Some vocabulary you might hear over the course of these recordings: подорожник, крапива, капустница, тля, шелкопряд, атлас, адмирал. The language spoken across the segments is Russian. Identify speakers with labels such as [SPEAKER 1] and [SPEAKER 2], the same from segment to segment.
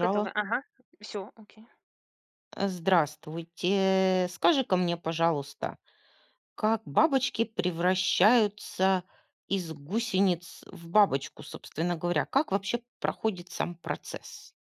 [SPEAKER 1] Готовы.
[SPEAKER 2] Жала.
[SPEAKER 1] Ага. Все. Окей.
[SPEAKER 2] Здравствуйте. Скажи-ка мне, пожалуйста, как бабочки превращаются из гусениц в бабочку, собственно говоря? Как вообще проходит сам процесс?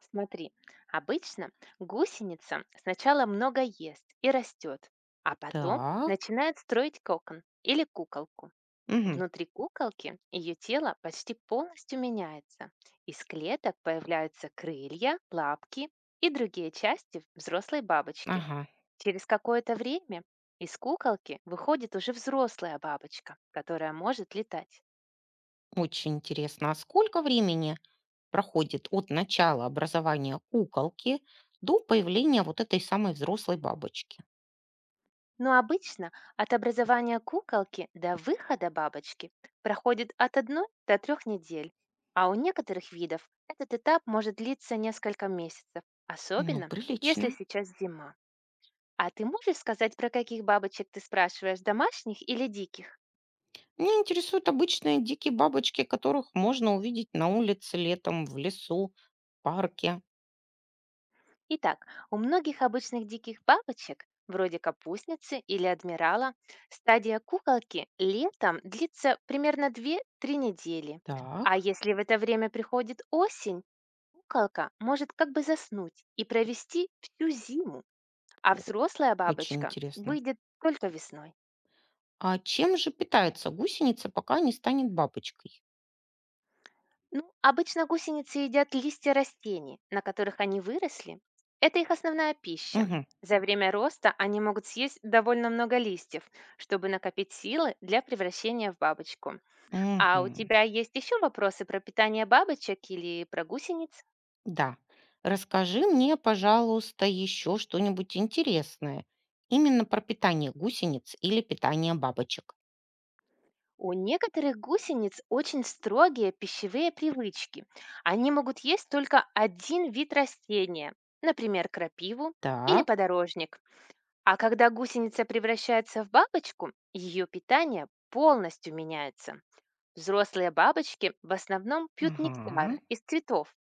[SPEAKER 1] Смотри, обычно гусеница сначала много ест и растет, а потом
[SPEAKER 2] Так.
[SPEAKER 1] начинает строить кокон или куколку.
[SPEAKER 2] Мгм.
[SPEAKER 1] Внутри куколки ее тело почти полностью меняется. Из клеток появляются крылья, лапки и другие части взрослой бабочки.
[SPEAKER 2] Ага.
[SPEAKER 1] Через какое-то время из куколки выходит уже взрослая бабочка, которая может летать.
[SPEAKER 2] Очень интересно. А сколько времени проходит от начала образования куколки до появления вот этой самой взрослой бабочки?
[SPEAKER 1] Но обычно от образования куколки до выхода бабочки проходит от одной до трех недель, а у некоторых видов этот этап может длиться несколько месяцев,
[SPEAKER 2] Ну,
[SPEAKER 1] особенно если
[SPEAKER 2] прилично.
[SPEAKER 1] сейчас зима. А ты можешь сказать, про каких бабочек ты спрашиваешь, домашних или диких?
[SPEAKER 2] Меня интересуют обычные дикие бабочки, которых можно увидеть на улице летом, в лесу, в парке.
[SPEAKER 1] Итак, у многих обычных диких бабочек, вроде капустницы или адмирала, стадия куколки летом длится примерно две-три недели. А
[SPEAKER 2] Так.
[SPEAKER 1] если в это время приходит осень, куколка может как бы заснуть и провести всю зиму, а
[SPEAKER 2] О.
[SPEAKER 1] взрослая
[SPEAKER 2] Очень
[SPEAKER 1] бабочка
[SPEAKER 2] интересно.
[SPEAKER 1] выйдет только весной.
[SPEAKER 2] А чем же питается гусеница, пока не станет бабочкой?
[SPEAKER 1] Ну, обычно гусеницы едят листья растений, на которых они выросли. Это их основная пища.
[SPEAKER 2] Мгм,
[SPEAKER 1] За время роста они могут съесть довольно много листьев, чтобы накопить силы для превращения в бабочку. А у
[SPEAKER 2] мгм.
[SPEAKER 1] тебя есть еще вопросы про питание бабочек или про гусениц?
[SPEAKER 2] Да. Расскажи мне, пожалуйста, еще что-нибудь интересное. Именно про питание гусениц или питание бабочек.
[SPEAKER 1] У некоторых гусениц очень строгие пищевые привычки. Они могут есть только один вид растения, например, крапиву или
[SPEAKER 2] Так.
[SPEAKER 1] подорожник. А когда гусеница превращается в бабочку, ее питание полностью меняется. Взрослые бабочки в основном пьют
[SPEAKER 2] Ага.
[SPEAKER 1] нектар из цветов,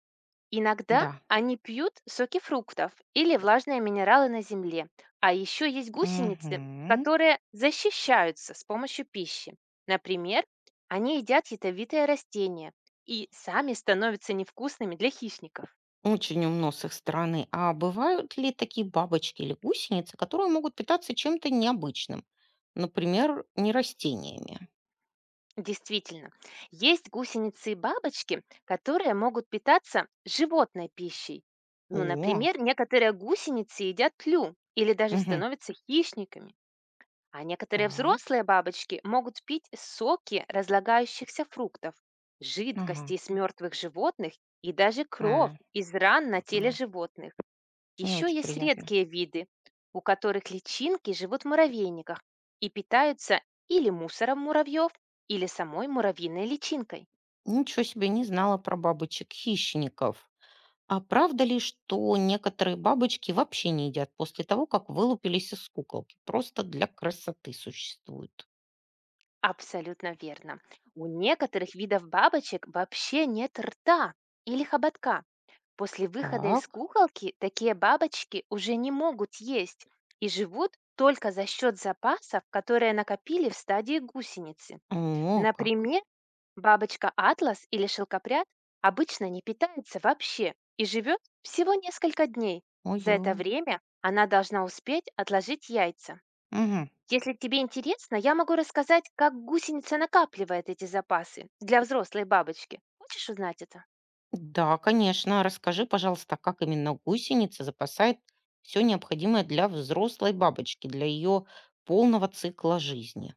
[SPEAKER 1] иногда
[SPEAKER 2] Да.
[SPEAKER 1] они пьют соки фруктов или влажные минералы на земле. А еще есть гусеницы,
[SPEAKER 2] Угу.
[SPEAKER 1] которые защищаются с помощью пищи. Например, они едят ядовитые растения и сами становятся невкусными для хищников.
[SPEAKER 2] Очень умно с их стороны. А бывают ли такие бабочки или гусеницы, которые могут питаться чем-то необычным? Например, не растениями.
[SPEAKER 1] Действительно, есть гусеницы и бабочки, которые могут питаться животной пищей. Ну,
[SPEAKER 2] О,
[SPEAKER 1] например, некоторые гусеницы едят тлю или даже
[SPEAKER 2] мгм.
[SPEAKER 1] становятся хищниками. А некоторые
[SPEAKER 2] Так.
[SPEAKER 1] взрослые бабочки могут пить соки разлагающихся фруктов, жидкости
[SPEAKER 2] Ага.
[SPEAKER 1] из мертвых животных и даже кровь
[SPEAKER 2] Э,
[SPEAKER 1] из ран на теле
[SPEAKER 2] э,
[SPEAKER 1] животных.
[SPEAKER 2] Не
[SPEAKER 1] Еще
[SPEAKER 2] очень
[SPEAKER 1] есть
[SPEAKER 2] приятно.
[SPEAKER 1] редкие виды, у которых личинки живут в муравейниках и питаются или мусором муравьев, или самой муравьиной личинкой.
[SPEAKER 2] Ничего себе, не знала про бабочек-хищников. А правда ли, что некоторые бабочки вообще не едят после того, как вылупились из куколки? Просто для красоты существуют.
[SPEAKER 1] Абсолютно верно. У некоторых видов бабочек вообще нет рта или хоботка. После выхода из
[SPEAKER 2] Так.
[SPEAKER 1] куколки такие бабочки уже не могут есть и живут только за счет запасов, которые накопили в стадии гусеницы.
[SPEAKER 2] О, как.
[SPEAKER 1] Например, бабочка атлас или шелкопряд обычно не питается вообще и живет всего несколько дней. За это
[SPEAKER 2] Ой-ой.
[SPEAKER 1] время она должна успеть отложить яйца. Если тебе интересно, я могу рассказать, как гусеница накапливает эти запасы для взрослой бабочки. Хочешь узнать это?
[SPEAKER 2] Да, конечно. Расскажи, пожалуйста, как именно гусеница запасает все необходимое для взрослой бабочки, для ее полного цикла жизни.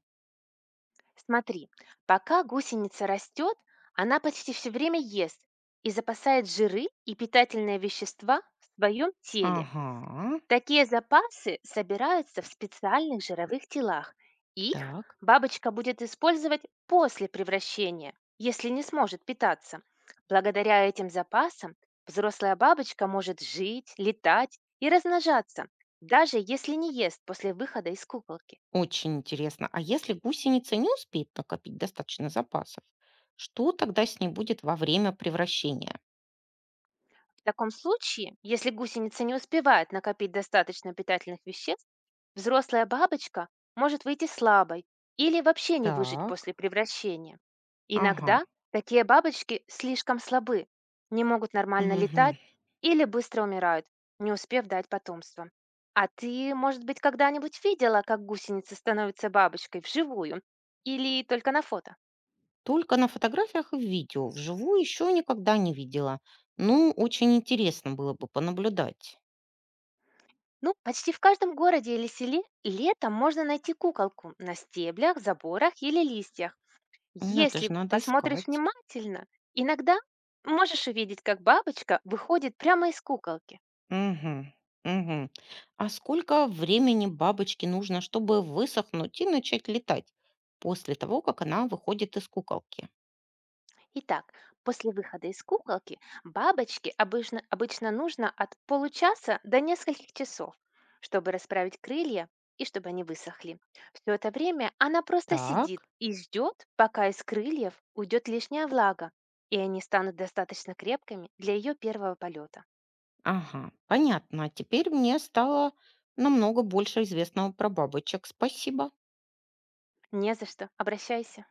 [SPEAKER 1] Смотри, пока гусеница растет, она почти все время ест и запасает жиры и питательные вещества в своем теле.
[SPEAKER 2] Ага.
[SPEAKER 1] Такие запасы собираются в специальных жировых телах. Их
[SPEAKER 2] Так,
[SPEAKER 1] бабочка будет использовать после превращения, если не сможет питаться. Благодаря этим запасам взрослая бабочка может жить, летать и размножаться, даже если не ест после выхода из куколки.
[SPEAKER 2] очень интересно. А если гусеница не успеет накопить достаточно запасов, что тогда с ней будет во время превращения?
[SPEAKER 1] В таком случае, если гусеница не успевает накопить достаточно питательных веществ, взрослая бабочка может выйти слабой или вообще не выжить
[SPEAKER 2] Так,
[SPEAKER 1] после превращения.
[SPEAKER 2] ага,
[SPEAKER 1] Иногда такие бабочки слишком слабы, не могут нормально летать
[SPEAKER 2] мгм.
[SPEAKER 1] или быстро умирают, не успев дать потомство. А ты, может быть, когда-нибудь видела, как гусеница становится бабочкой вживую или только на фото?
[SPEAKER 2] Только на фотографиях и в видео. Вживую еще никогда не видела. Ну, очень интересно было бы понаблюдать.
[SPEAKER 1] Ну, почти в каждом городе или селе летом можно найти куколку на стеблях, заборах или листьях.
[SPEAKER 2] Ну, это же
[SPEAKER 1] Если
[SPEAKER 2] надо
[SPEAKER 1] посмотришь
[SPEAKER 2] искать.
[SPEAKER 1] внимательно, иногда можешь увидеть, как бабочка выходит прямо из куколки.
[SPEAKER 2] Мгм. Мгм. А сколько времени бабочке нужно, чтобы высохнуть и начать летать после того, как она выходит из куколки?
[SPEAKER 1] Итак, после выхода из куколки бабочке обычно нужно от получаса до нескольких часов, чтобы расправить крылья и чтобы они высохли. Все это время она просто сидит
[SPEAKER 2] Так,
[SPEAKER 1] и ждет, пока из крыльев уйдет лишняя влага, и они станут достаточно крепкими для ее первого полета.
[SPEAKER 2] ага, понятно. А теперь мне стало намного больше известного про бабочек. Спасибо.
[SPEAKER 1] Не за что, обращайся.